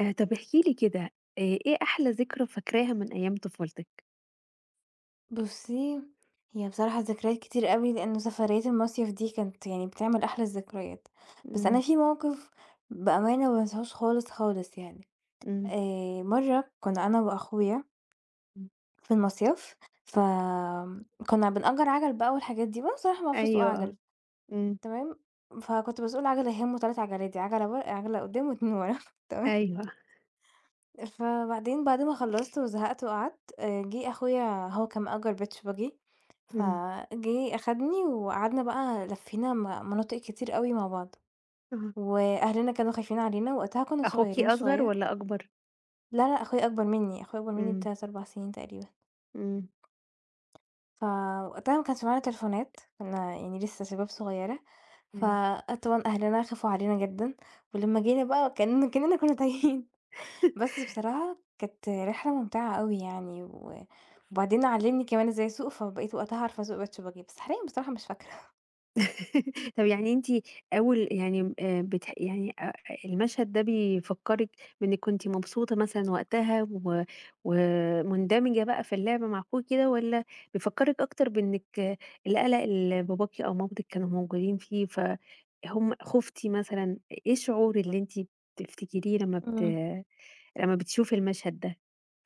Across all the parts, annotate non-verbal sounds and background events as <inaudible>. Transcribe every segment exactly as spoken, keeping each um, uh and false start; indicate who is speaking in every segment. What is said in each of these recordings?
Speaker 1: آآ طب احكِ لي كده، آآ إيه أحلى ذكرى فاكراها من أيام طفولتك؟
Speaker 2: بُصّي، هي بصراحة ذكريات كتير أوي، لإن سفرية المصيف دي كانت يعني بتعمل أحلى الذكريات، بس أنا
Speaker 1: إمم،
Speaker 2: في موقف بأمانة ما بانساهوش خالص، خالص يعني.
Speaker 1: إمم،
Speaker 2: آآ مرّة كنا أنا وأخويا
Speaker 1: إمم.
Speaker 2: في المصيف، فكنا بنأجّر عَجَل بقى والحاجات دي، وأنا بصراحة ما باعرفش أسوق
Speaker 1: أيوه، آه.
Speaker 2: عَجَل،
Speaker 1: إمم.
Speaker 2: تمام. فكنت باسوق العَجَلة هي أُم تلات عَجَلات دي، عَجَلة ورا عَجَلة قدّام و2 ورا <laughs> تمام.
Speaker 1: أيوه.
Speaker 2: فبعدين بعد ما خلّصت وزهقت وقعدت، آآ، جِه أخويا هو كان مأجّر بيت شبابيك،
Speaker 1: إمم.
Speaker 2: فجِه أخدني وقعدنا بقى لفّينا م مناطق كتير أوي مع بعض،
Speaker 1: آه.
Speaker 2: وأهلنا كانوا خايفين علينا، وقتها كنا
Speaker 1: أخوكِ
Speaker 2: صغيّرين
Speaker 1: أصغر
Speaker 2: شوية.
Speaker 1: والّا أكبر؟
Speaker 2: لا، لأ، أخويا أكبر منّي، أخويا أكبر منّي
Speaker 1: إمم،
Speaker 2: ب3، أربع سنين تقريبًا.
Speaker 1: إمم.
Speaker 2: فوقتها ما كانش معانا تليفونات، كنا يعني لسه شباب صغيّرة،
Speaker 1: أيوه.
Speaker 2: فطبعًا أهلنا خافوا علينا جدًا، ولمّا جينا بقى كإن كإننا كنا تايهين.
Speaker 1: <laughs>
Speaker 2: بس بصراحة كانت رحلة ممتعة أوي يعني و وبعدين علّمني كمان إزاي أسوق، فبقيت وقتها عارفة أسوق باتشوباجي، بس حاليًا بصراحة مش فاكرة.
Speaker 1: <laughs> طب يعني أنتِ أول يعني م آآ بتح يعني أ المشهد ده بيفكّرِك بإنِّك كنتِ مبسوطة مثلًا وقتها و ومندمجة بقى في اللعبة مع أخوكِ كده والّا بيفكّرِك أكتر بإنِّك آه، القلق اللي باباكِ أو مامتِك كانوا موجودين فيه، فهُم خُفتِ مثلًا، إيه الشعور اللي أنتِ بتفتكريه لمّا بت
Speaker 2: إمم.
Speaker 1: لمّا بتشوفي المشهد ده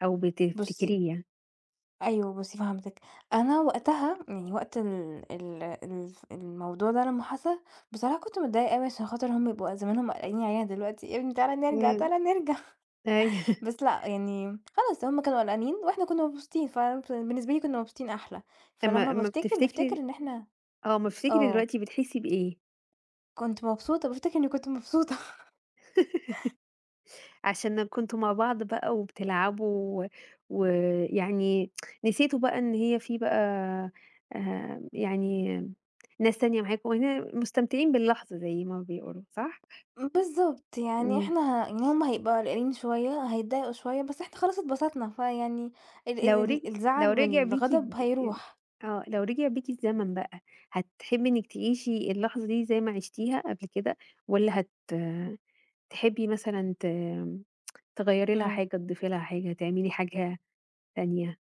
Speaker 1: أو
Speaker 2: بُصّي
Speaker 1: بتفتكريه يعني؟
Speaker 2: أيوه بُصّي فهمتِك، أنا وقتها يعني وقت ال ال الف الموضوع ده لمّا حصل، بصراحة كنت متضايقة أوي عشان خاطر هُم بيبقوا زمانهم قلقانين علينا دلوقتي، يا ابني تعالَ نرجع، تعالَ
Speaker 1: إمم،
Speaker 2: نرجع.
Speaker 1: أيوه،
Speaker 2: <laughs>
Speaker 1: <laughs>
Speaker 2: بس لأ يعني خلاص هُم كانوا قلقانين وإحنا كنا مبسوطين، فبالنسبة لي كنا مبسوطين أحلى،
Speaker 1: أمّا
Speaker 2: فلمّا
Speaker 1: أمّا
Speaker 2: بافتكر بافتكر
Speaker 1: بتفتكري
Speaker 2: إن إحنا
Speaker 1: آه، أمّا بتفتكري
Speaker 2: آه،
Speaker 1: دلوقتي بتحسّي بإيه؟
Speaker 2: كنت مبسوطة، بافتكر إني كنت مبسوطة.
Speaker 1: <laughs> عشان كنتم مع بعض بقى وبتلعبوا و ويعني نسيتوا بقى إن هي في بقى آآ يعني ناس تانية معاكم، وهنا مستمتعين باللحظة زي ما بيقولوا صح؟
Speaker 2: بالضبط، يعني
Speaker 1: إمم،
Speaker 2: إحنا ه... يعني هُم هيبقوا قلقانين شوية، هيتضايقوا شوية، بس إحنا خلاص اتبسطنا، فيعني ال
Speaker 1: لو
Speaker 2: ال
Speaker 1: رج
Speaker 2: ال- الزعل
Speaker 1: لو رجع بيكِ
Speaker 2: والغضب
Speaker 1: الد
Speaker 2: هيروح.
Speaker 1: آه، لو رجع بيكِ الزمن بقى، هتحبي إنِّك تعيشي اللحظة دي زي ما عشتيها قبل كده، والّا هت تحبي مثلًا ت تغيّري لها
Speaker 2: إمم.
Speaker 1: حاجة، تضيفي لها حاجة، تعملي حاجة تانية؟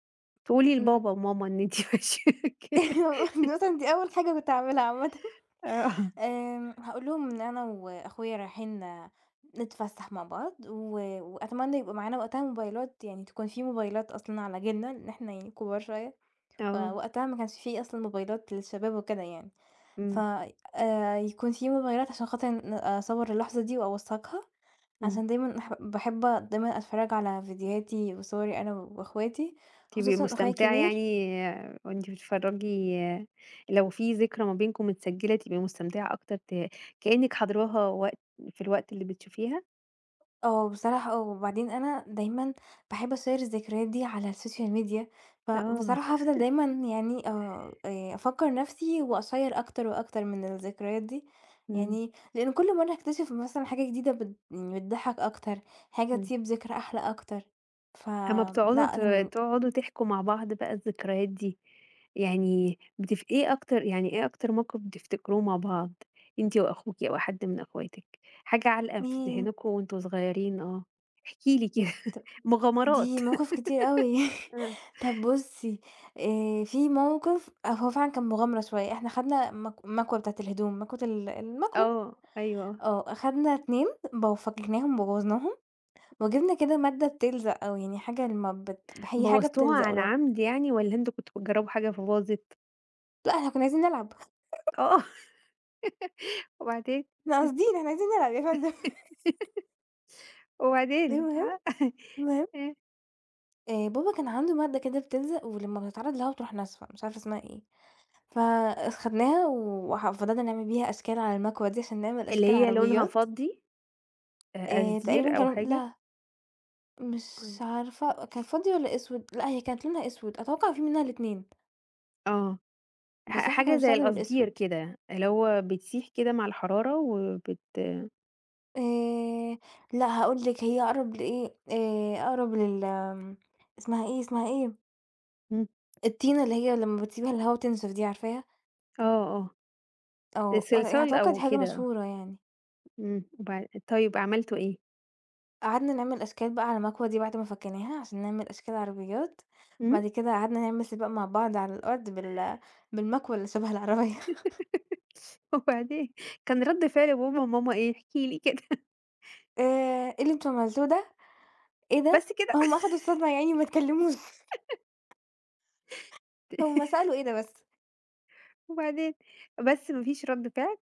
Speaker 1: تقولي
Speaker 2: إمم.
Speaker 1: لبابا وماما إن أنتِ <laughs> ماشية كده.
Speaker 2: <laughs> مثلًا دي أول حاجة كنت هاعملها عامةً.
Speaker 1: آه،
Speaker 2: آمم، هاقول لهم إن أنا وأخويا رايحين نتفسح مع بعض، و وأتمنى يبقى معانا وقتها موبايلات، يعني تكون في موبايلات أصلًا على جيلنا، لإن إحنا يعني كبار شوية،
Speaker 1: آه،
Speaker 2: فوقتها ما كانش في أصلًا موبايلات للشباب وكده يعني. ف
Speaker 1: إمم،
Speaker 2: آآ يكون في مغيّرات عشان خاطر ن أصوّر اللحظة دي وأوثّقها،
Speaker 1: إمم،
Speaker 2: عشان دايمًا أح باحب دايمًا أتفرّج على فيديوهاتي وصوري أنا وأخواتي،
Speaker 1: تبقي
Speaker 2: خصوصًا أخويا
Speaker 1: مستمتعة يعني
Speaker 2: الكبير.
Speaker 1: وأنتِ بتتفرّجي لو في ذكرى ما بينكم متسجّلة تبقي مستمتعة أكتر ت كإنِّك حاضراها وقت في الوقت اللي بتشوفيها؟
Speaker 2: آه، بصراحة آه، وبعدين أنا دايمًا باحب أشيّر الذكريات دي على الsocial media،
Speaker 1: آه،
Speaker 2: فبصراحة هافضل دايمًا يعني آآ آآ أفكّر نَفْسي وأشيّر أكتر وأكتر من الذكريات دي،
Speaker 1: إمم،
Speaker 2: يعني لإن كل مرّة أكتشف مثلًا حاجة جديدة بت يعني بتضحّك أكتر، حاجة
Speaker 1: إمم.
Speaker 2: تسيب ذكرى أحلى أكتر. ف
Speaker 1: أمّا
Speaker 2: لأ
Speaker 1: بتقعدوا ت
Speaker 2: يعني
Speaker 1: تقعدوا تحكوا مع بعض بقى الذكريات دي، يعني بتف إيه أكتر يعني إيه أكتر موقف بتفتكروه مع بعض أنتِ وأخوكِ أو حد من أخواتِك؟ حاجة علقة في
Speaker 2: ياه!
Speaker 1: ذهنكم وأنتم صغيرين آه، احكي لي كده
Speaker 2: طب
Speaker 1: <laughs>
Speaker 2: دي
Speaker 1: مغامرات.
Speaker 2: مواقف كتير أوي.
Speaker 1: آه،
Speaker 2: <laughs> طب بُصّي، آآ في موقف آه، هو فعلًا كان مغامرة شوية، إحنا خدنا مك المكوة بتاعة الهدوم، مكوة ال المكوة.
Speaker 1: آه، أيوه،
Speaker 2: آه، أخدنا اتنين ب وفككناهم بوّظناهم وجِبنا كده مادة بتلزق أو يعني حاجة لمّا بت هي حاجة
Speaker 1: بوظتوها
Speaker 2: بتلزق
Speaker 1: عن
Speaker 2: ولمّا
Speaker 1: عمد يعني والّا أنتم كنتم بتجربوا حاجة فباظت؟
Speaker 2: لأ إحنا كنّا عايزين نلعب،
Speaker 1: آه، <laughs> وبعدين،
Speaker 2: إحنا قاصدين إحنا عايزين نلعب يا فندم. <laughs>
Speaker 1: وبعدين
Speaker 2: المهم،
Speaker 1: <laughs> ع
Speaker 2: المهم آآ بابا كان عنده مادة كده بتلزق ولمّا بتتعرض لهوا بتروح ناشفة، مش عارفة اسمها إيه. فخدناها وح فضلنا نعمل بيها أشكال على المكوة دي عشان نعمل
Speaker 1: اللي
Speaker 2: أشكال
Speaker 1: هي لونها
Speaker 2: عربيات.
Speaker 1: فضي، آآ
Speaker 2: آآ تقريبًا
Speaker 1: قصدير أو
Speaker 2: كانوا
Speaker 1: حاجة؟
Speaker 2: لأ مش
Speaker 1: إمم،
Speaker 2: عارفة كان فضي والّا أسود؟ لأ هي كانت لونها أسود، أتوقع في منها الاتنين،
Speaker 1: آه. ح
Speaker 2: بس إحنا كنا
Speaker 1: حاجة زي
Speaker 2: بنستخدم
Speaker 1: القصدير
Speaker 2: الأسود.
Speaker 1: كده، اللي هو بتسيح كده مع الحرارة وبت
Speaker 2: آآ لأ هاقول لِك هي أقرب لإيه، آآ أقرب لل آمم اسمها إيه، اسمها إيه،
Speaker 1: إمم،
Speaker 2: الطينة اللي هي لمّا بتسيبيها الهوا تنشف دي عارفاها؟
Speaker 1: آه، آه،
Speaker 2: آه، أ
Speaker 1: صلصال
Speaker 2: أتوقع دي
Speaker 1: أو
Speaker 2: حاجة
Speaker 1: كده،
Speaker 2: مشهورة يعني.
Speaker 1: إمم، وبع طيب عملتوا إيه؟
Speaker 2: قعدنا نعمل أشكال بقى على المكوة دي بعد ما فكّيناها عشان نعمل أشكال عربيات،
Speaker 1: إمم، <laughs>
Speaker 2: بعد كده قعدنا نعمل سباق مع بعض على الأرض بال بالمكوة اللي شبه العربية. <laughs>
Speaker 1: وبعدين؟ كان رد فعل بابا وماما إيه؟ احكِ لي كده. <laughs>
Speaker 2: آآ، إيه اللي أنتم عملتوه ده؟ إيه ده؟
Speaker 1: بس كده؟
Speaker 2: هُم أخدوا الصدمة يا عيني ما
Speaker 1: <laughs>
Speaker 2: اتكلموش. <laughs> هُم سألوا إيه ده بس،
Speaker 1: وبعدين؟ بس ما فيش رد فعل؟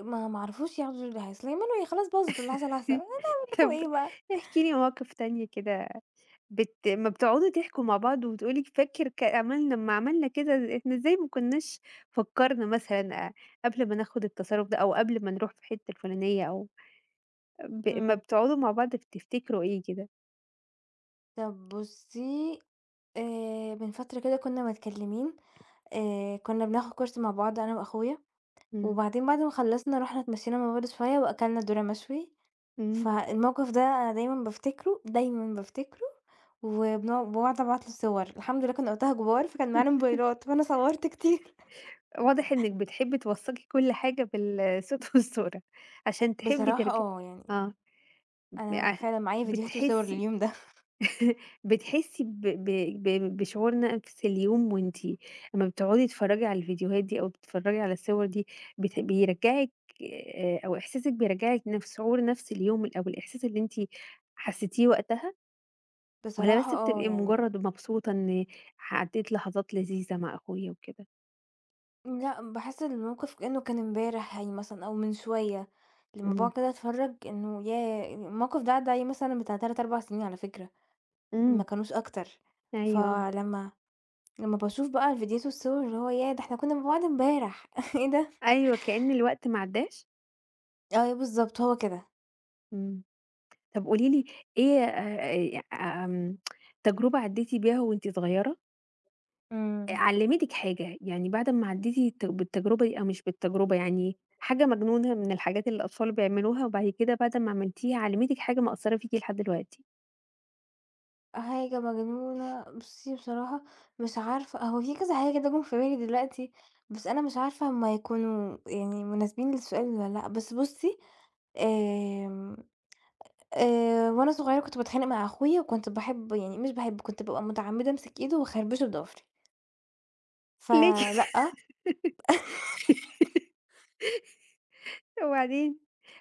Speaker 2: ما ما عرفوش ياخدوا اللي هيحصل، يا منوي خلاص باظت اللي حصل حصل أنا
Speaker 1: <laughs>
Speaker 2: هاعمل لكم
Speaker 1: طب
Speaker 2: إيه بقى؟
Speaker 1: احكِ لي مواقف تانية كده. بت أمّا بتقعدوا تحكوا مع بعض وتقولي فاكر ك عملنا لمّا عملنا كده إحنا إزاي ما كناش فكّرنا مثلًا آآ قبل ما ناخد التصرُّف ده أو قبل ما نروح في الحتّة الفُلانية أو ب أمّا
Speaker 2: إمم.
Speaker 1: بتقعدوا مع بعض بتفتكروا إيه كده؟
Speaker 2: طب بُصّي آآ، من فترة كده كنا متكلمين، آآ، كنا بناخد كورس مع بعض أنا وأخويا
Speaker 1: إمم،
Speaker 2: وبعدين بعد ما خلّصنا رُحنا اتمشينا مع بعض شوية وأكلنا ذرة مشوي،
Speaker 1: إمم.
Speaker 2: فالموقف ده أنا دايمًا بافتكره، دايمًا بافتكره وبنوع باقعد أبعت له صور، الحمد لله كنا وقتها كبار فكان معانا موبايلات، فأنا صوّرت كتير. <laughs>
Speaker 1: واضح إنِّك بتحبّي توثّقي كل حاجة بالصوت <laughs> والصورة عشان تحبّي
Speaker 2: بصراحة
Speaker 1: ترج
Speaker 2: آه، يعني
Speaker 1: آه. ب
Speaker 2: أنا
Speaker 1: ع
Speaker 2: فعلًا معايا فيديوهات وصور
Speaker 1: بتحسّي
Speaker 2: لليوم ده.
Speaker 1: <laughs> بتحسي ب ب ب بشعور نَفْس اليوم وأنتِ أمّا بتقعدي تتفرّجي على الفيديوهات دي أو بتتفرّجي على الصور دي بت بيرجّعِك آآ أو إحساسِك بيرجّعِك نَفْس شعور نَفْس اليوم ال أو الإحساس اللي أنتِ حسّيتيه وقتها
Speaker 2: <laughs>
Speaker 1: والّا
Speaker 2: بصراحة
Speaker 1: بس
Speaker 2: آه،
Speaker 1: بتبقي
Speaker 2: يعني
Speaker 1: مُجرّد مبسوطة إن عدّيت لحظات لذيذة مع أخويا وكده؟
Speaker 2: لأ، باحس الموقف كإنه كان امبارح يعني مثلًا أو من شوية، لمّا باقعد
Speaker 1: اهم.
Speaker 2: كده أتفرّج إنه ياه! الموقف ده عدّى عليه مثلًا بتاع تلاتة، أربعة سنين على فكرة، ما
Speaker 1: إمم.
Speaker 2: كانوش أكتر،
Speaker 1: أيوه آه.
Speaker 2: فلمّا لمّا باشوف بقى الفيديوهات والصور اللي هو ياه! ده إحنا كنا مع بعض امبارح <laughs> إيه ده؟
Speaker 1: أيوه، كإن الوقت ما عدّاش؟
Speaker 2: أيوه بالضبط هو كده.
Speaker 1: إمم. طب قولي لي إيه آآ آمم تجربة عدّيتِ بيها وأنتِ صغيرة؟
Speaker 2: إمم.
Speaker 1: علّمتِك حاجة، يعني بعد أمّا عدّيتِ الت بالتجربة دي أو مش بالتجربة، يعني حاجة مجنونة من الحاجات اللي الأطفال بيعملوها وبعد كده بعد ما عملتيها علّمتِك حاجة مأثّرة فيكِ لحد دلوقتي.
Speaker 2: حاجة مجنونة بُصّي بصراحة مش عارفة هو في كذا حاجة كده جُم في بالي دلوقتي، بس أنا مش عارفة هُم هيكونوا يعني مناسبين للسؤال والّا لأ، بس بُصّي آمم، آآ، وأنا صغيرة كنت باتخانق مع أخويا وكنت باحب يعني مش باحب كنت بابقى متعمدة أمسك إيده واخربشه بضفري،
Speaker 1: ليه كده؟
Speaker 2: فلأ،
Speaker 1: <laughs> وبعدين؟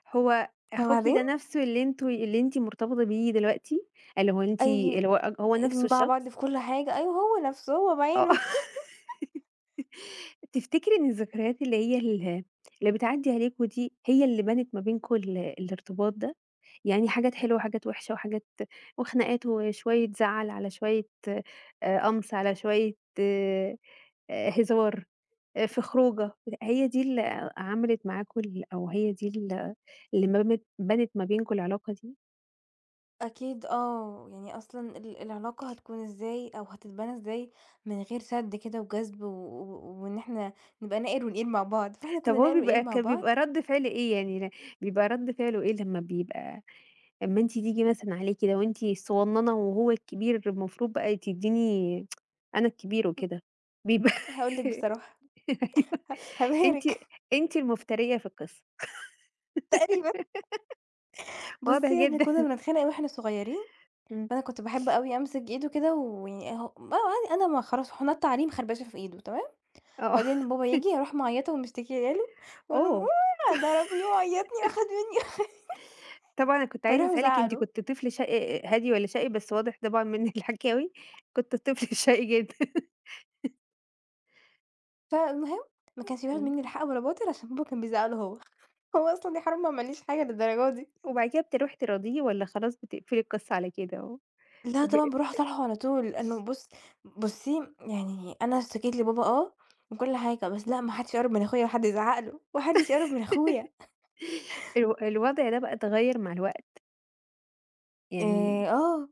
Speaker 1: هو أخوكِ
Speaker 2: فبعدين
Speaker 1: ده نَفْسه اللي أنتم اللي أنتِ مرتبطة بيه دلوقتي؟ اللي هو أنتِ
Speaker 2: أي
Speaker 1: اللي هو هو نَفْسه
Speaker 2: ال مع بعض
Speaker 1: الشخص؟
Speaker 2: في كل حاجة أيوه هو نفسه هو
Speaker 1: آه.
Speaker 2: بعينه.
Speaker 1: <laughs> تفتكري إن الذكريات اللي هي ال اللي بتعدّي عليكم دي هي اللي بنت ما بينكم ال الارتباط ده؟ يعني حاجات حلوة وحاجات وحشة وحاجات وخناقات وشوية زعل على شوية آآ قمْص على شوية آآ هزار آه، في خروجة، هي دي اللي عملت معاكم ال أو هي دي ال اللي ما بنت بنت ما بينكم العلاقة دي؟
Speaker 2: أكيد آه، يعني أصلًا ال العلاقة هتكون إزاي أو هتتبنى إزاي من غير سَد كده وجذب و و وإن إحنا نبقى ناقر ونقيل مع بعض، فإحنا
Speaker 1: طب
Speaker 2: كنا
Speaker 1: هو
Speaker 2: ناقر ونقيل
Speaker 1: بيبقى
Speaker 2: مع
Speaker 1: ك
Speaker 2: بعض.
Speaker 1: بيبقى رَد فعل إيه يعني، ل- بيبقى رَد فعله إيه لمّا بيبقى لمّا أنتِ تيجي مثلًا عليه كده وأنتِ الصغنّنة وهو الكبير المفروض بقى تدّيني <tsk> أنا الكبير وكده، بيبقى
Speaker 2: هاقول لِك
Speaker 1: <laughs>
Speaker 2: بصراحة
Speaker 1: أيوه. أنتِ
Speaker 2: هابارك.
Speaker 1: أنتِ المفترية في القصة،
Speaker 2: <laughs> تقريبًا.
Speaker 1: واضح
Speaker 2: بُصّي إحنا
Speaker 1: جدًا
Speaker 2: كنا
Speaker 1: <laughs>
Speaker 2: بنتخانق أوي وإحنا صغيرين،
Speaker 1: إمم،
Speaker 2: فأنا كنت باحب أوي أمسك إيده كده ويعني أهو بقى أنا ما خلاص حُنيّا التعليم خربشة في إيده تمام،
Speaker 1: آه،
Speaker 2: بعدين بابا ييجي أروح معيّطة ومشتكية له وأقول له:
Speaker 1: أوه!
Speaker 2: "أوه، ضربني وعيّطني وأخَد مني".
Speaker 1: طبعًا أنا كنت
Speaker 2: <laughs>
Speaker 1: عايزة
Speaker 2: فيروح
Speaker 1: أسألِك
Speaker 2: مزعّق
Speaker 1: أنتِ
Speaker 2: له.
Speaker 1: كنتِ طفل شقي هادي والّا شقي؟ بس واضح طبعًا من <laughs> الحكاوي. كنت طفل <laughs> شقي جدًا.
Speaker 2: فالمهم ما كانش بياخد
Speaker 1: إمم،
Speaker 2: منّي لا حق ولا باطل عشان بابا كان بيزعق له هو. <laughs> هو أصلًا يا حرام ما عملّيش حاجة للدرجة دي.
Speaker 1: وبعد كده بتروحي تراضيه والّا خلاص بتقفلي القصة على كده؟
Speaker 2: لأ
Speaker 1: وب
Speaker 2: طبعًا باروح أصالحه على طول، لإنه بُص بُصّي يعني أنا اشتكيت لبابا آه وكل حاجة، بس لأ ما حدش يقرّب من أخويا ولا حد يزعق له، ما حدش يقرّب من أخويا.
Speaker 1: الو الوضع ده بقى اتغيّر مع الوقت،
Speaker 2: آآ
Speaker 1: يعني
Speaker 2: آه،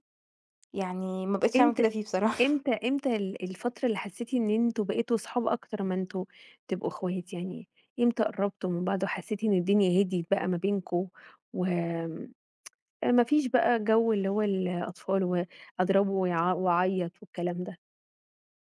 Speaker 2: يعني ما بقيتش أعمل
Speaker 1: إمتى
Speaker 2: كده فيه بصراحة.
Speaker 1: إمتى إمتى ال الفترة اللي حسيتِ إن أنتم بقيتوا صحاب أكتر ما أنتم تبقوا إخوات يعني، إمتى قرّبتوا من بعض وحسيتِ إن الدنيا هديت بقى ما بينكم و ما فيش بقى جو اللي هو الأطفال وأضربه ويع وأعيّط والكلام ده،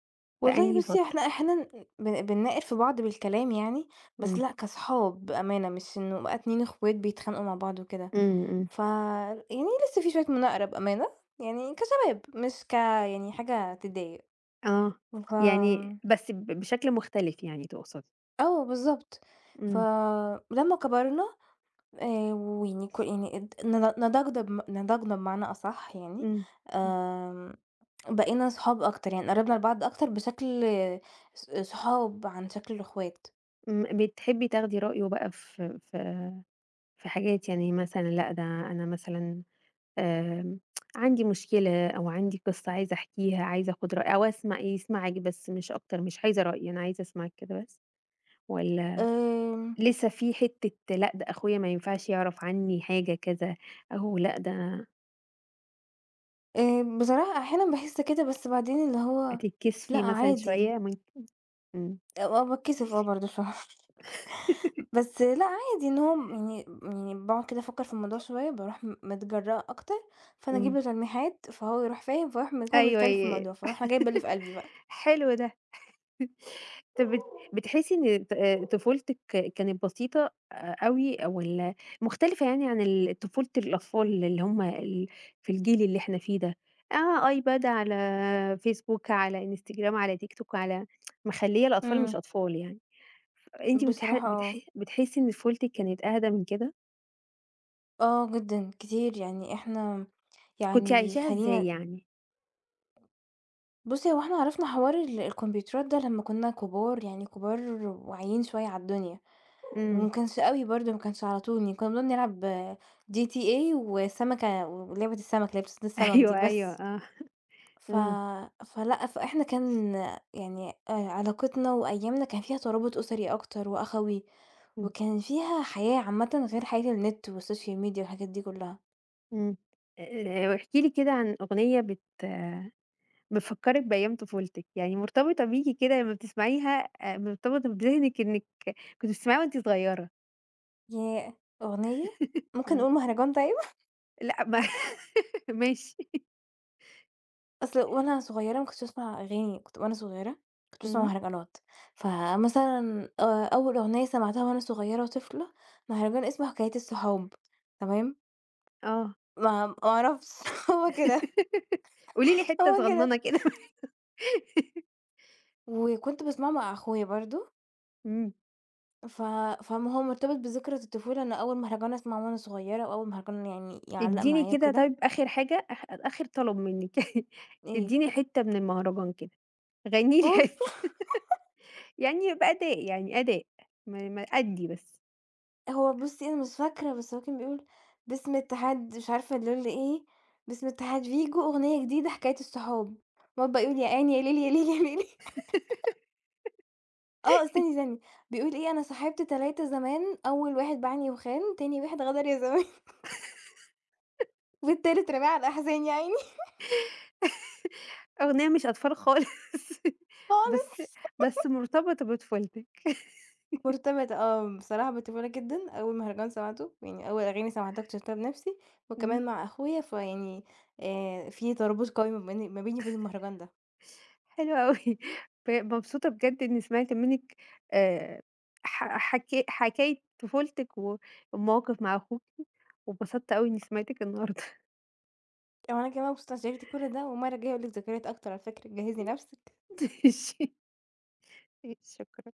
Speaker 2: <laughs>
Speaker 1: في
Speaker 2: والله
Speaker 1: أنهي
Speaker 2: بُصّي
Speaker 1: فترة؟
Speaker 2: إحنا أحيانًا بن بنناقد في بعض بالكلام يعني، بس
Speaker 1: إمم.
Speaker 2: لأ كاصحاب بأمانة، مش إنه بقى اتنين اخوات بيتخانقوا مع بعض وكده.
Speaker 1: إمم، إمم.
Speaker 2: ف يعني لسه في شوية مناقرة بأمانة، يعني كشباب مش ك يعني حاجة تضايق.
Speaker 1: آه.
Speaker 2: ف
Speaker 1: يعني
Speaker 2: آمم،
Speaker 1: بس ب بشكل مختلف يعني تقصدي.
Speaker 2: آه بالضبط.
Speaker 1: إمم،
Speaker 2: فلمّا كبرنا آآ، ويعني ك يعني اد ن نضجنا بم نضجنا بمعنى أصح يعني،
Speaker 1: إمم، إمم.
Speaker 2: آمم، بقينا صحاب أكتر، يعني قربنا لبعض أكتر بشكل ص صحاب عن شكل الأخوات.
Speaker 1: إمم، بتحبي تاخدي رأيه بقى في في في حاجات يعني مثلًا لأ، ده أنا مثلًا آمم، عندي مشكلة أو عندي قصة عايزة أحكيها، عايزة آخُد رأي أو أسمع يسمعِك بس مش أكتر، مش عايزة رأي، أنا عايزة أسمعِك كده بس والّا
Speaker 2: آمم،
Speaker 1: لسه في حتّة لأ، ده أخويا ما ينفعش يعرف عنّي حاجة كذا، أو لأ، ده أنا
Speaker 2: آآ، بصراحة أحيانًا باحس كده بس بعدين اللي هو لأ
Speaker 1: بتتكسفي مثلًا
Speaker 2: عادي،
Speaker 1: شوية ممكن. إمم،
Speaker 2: آه باتكسف آه برضه شوية. بس لأ عادي إن هو م يعني يعني باقعد كده أفكّر في الموضوع شوية، باروح م متجرأة أكتر، فأنا أجيب
Speaker 1: إمم،
Speaker 2: له تلميحات، فهو يروح فاهم، فيروح م
Speaker 1: <laughs>
Speaker 2: هو
Speaker 1: أيوه
Speaker 2: متكلّف في
Speaker 1: ي
Speaker 2: الموضوع، فاروح أنا جايبة اللي في قلبي بقى.
Speaker 1: حلو ده. طَب بت بتحسّي إن ط آآ طفولتِك كانت بسيطة أ أوي والّا مختلفة يعني عن ال طفولة الأطفال اللي هم ال في الجيل اللي إحنا فيه ده؟ آه، iPad على فيسبوك، على إنستجرام، على تيك توك، على مخلّية الأطفال مش
Speaker 2: إمم.
Speaker 1: أطفال يعني. أنتِ بتح
Speaker 2: بصراحة آه،
Speaker 1: بتح بتحسّي إن طفولتِك كانت أهدى من كده؟
Speaker 2: آه جدًا كتير، يعني إحنا
Speaker 1: كنتِ
Speaker 2: يعني
Speaker 1: عايشاها
Speaker 2: خلّينا.
Speaker 1: إزاي يعني؟
Speaker 2: بُصّي هو إحنا عرفنا حوار ال الكمبيوترات ده لمّا كُنّا كبار، يعني كبار واعيين شوية على الدنيا،
Speaker 1: إمم.
Speaker 2: وما كانش أوي برضه ما كانش على طول، يعني كُنّا بنقعد نلعب جي تي إي وسمكة ولعبة السمك اللي هي بتصطاد
Speaker 1: <laughs>
Speaker 2: السمك دي
Speaker 1: أيوه، أيوه،
Speaker 2: بس.
Speaker 1: آه.
Speaker 2: ف
Speaker 1: إمم،
Speaker 2: فلأ، فإحنا كان يعني آآ علاقتنا وأيامنا كان فيها ترابط أسري أكتر وأخَوي،
Speaker 1: إمم،
Speaker 2: وكان فيها حياة عامةً غير حياة النت والسوشيال ميديا والحاجات دي كلّها.
Speaker 1: إمم. آآ، واحكِ لي كده عن أغنية بت بتفكّرِك بأيام طفولتِك، يعني مرتبطة بيكِ كده لمّا بتسمعيها آآ، مرتبطة بذهنِك إنِّك كنتِ بتسمعيها وأنتِ صغيّرة.
Speaker 2: ياه! أغنية،
Speaker 1: <laughs>
Speaker 2: ممكن
Speaker 1: آه.
Speaker 2: نقول مهرجان طيب؟ <laughs>
Speaker 1: لأ ما <laughs> ماشي.
Speaker 2: أصل وأنا صغيّرة ما كنتش باسمع أغاني، كنت وأنا صغيّرة كنت باسمع
Speaker 1: إمم.
Speaker 2: مهرجانات، فمثلًا آآ أول أغنية سمعتها وأنا صغيّرة طفلة، مهرجان اسمه حكاية الصحاب تمام؟
Speaker 1: آه.
Speaker 2: ما ما أعرفش. <laughs> هو كده،
Speaker 1: <laughs> قولي لي حتّة
Speaker 2: هو كده.
Speaker 1: صغنّنة كده.
Speaker 2: وكنت باسمعه مع أخويا برضه.
Speaker 1: إمم.
Speaker 2: ف فما هو مرتبط بذكرى الطفولة، أنا أول مهرجان أسمعه وأنا صغيرة وأول مهرجان يعني يعلّق
Speaker 1: ادّيني
Speaker 2: معايا
Speaker 1: كده
Speaker 2: وكده
Speaker 1: طيب آخر حاجة آخ آخر طلب منِّك <laughs>
Speaker 2: إيه.
Speaker 1: ادّيني حتّة من المهرجان كده، غنّي لي
Speaker 2: أوف!
Speaker 1: حتّة
Speaker 2: <laughs>
Speaker 1: <laughs> يعني يبقى أداء يعني أداء ما ما أدّي بس.
Speaker 2: هو بُصّي أنا مش فاكرة، بس هو كان بيقول باسم اتحاد مش عارفة الليل إيه، باسم اتحاد فيجو أغنية جديدة حكاية الصحاب، وأقعد بقى يقول يا عيني يا ليل يا ليل يا ليل. <laughs>
Speaker 1: <laughs>
Speaker 2: آه استني، استني بيقول إيه أنا صاحبت تلاتة زمان، أول واحد باعني وخان، تاني واحد غدر يا زمان، <laughs> والتالت رماه على الأحزان يا عيني. <laughs>
Speaker 1: أغنية مش أطفال خالص <laughs> بس
Speaker 2: خالص.
Speaker 1: بس مرتبطة بطفولتِك،
Speaker 2: مرتبطة آه، بصراحة بالطفولة جدًا، أول مهرجان سمعته يعني أول أغاني سمعتها اكتشفتها بنفسي،
Speaker 1: إمم،
Speaker 2: وكمان مع أخويا فيعني آآ، في ترابط قوي ما بين ما بيني وبين المهرجان ده،
Speaker 1: حلو أوي <laughs> ب مبسوطة بجد إني سمعت منِّك آآ ح حكا حكاية طفولتِك و والمواقف مع أخوكِ، واتبسطت أوي إني سمعتِك النهارده.
Speaker 2: وأنا كمان مبسوطة إني شاركت كل ده، والمرة الجاية هاقول لِك ذكريات أكتر على فكرة جهّزي نفسِك.
Speaker 1: <laughs> ماشي. شكرًا.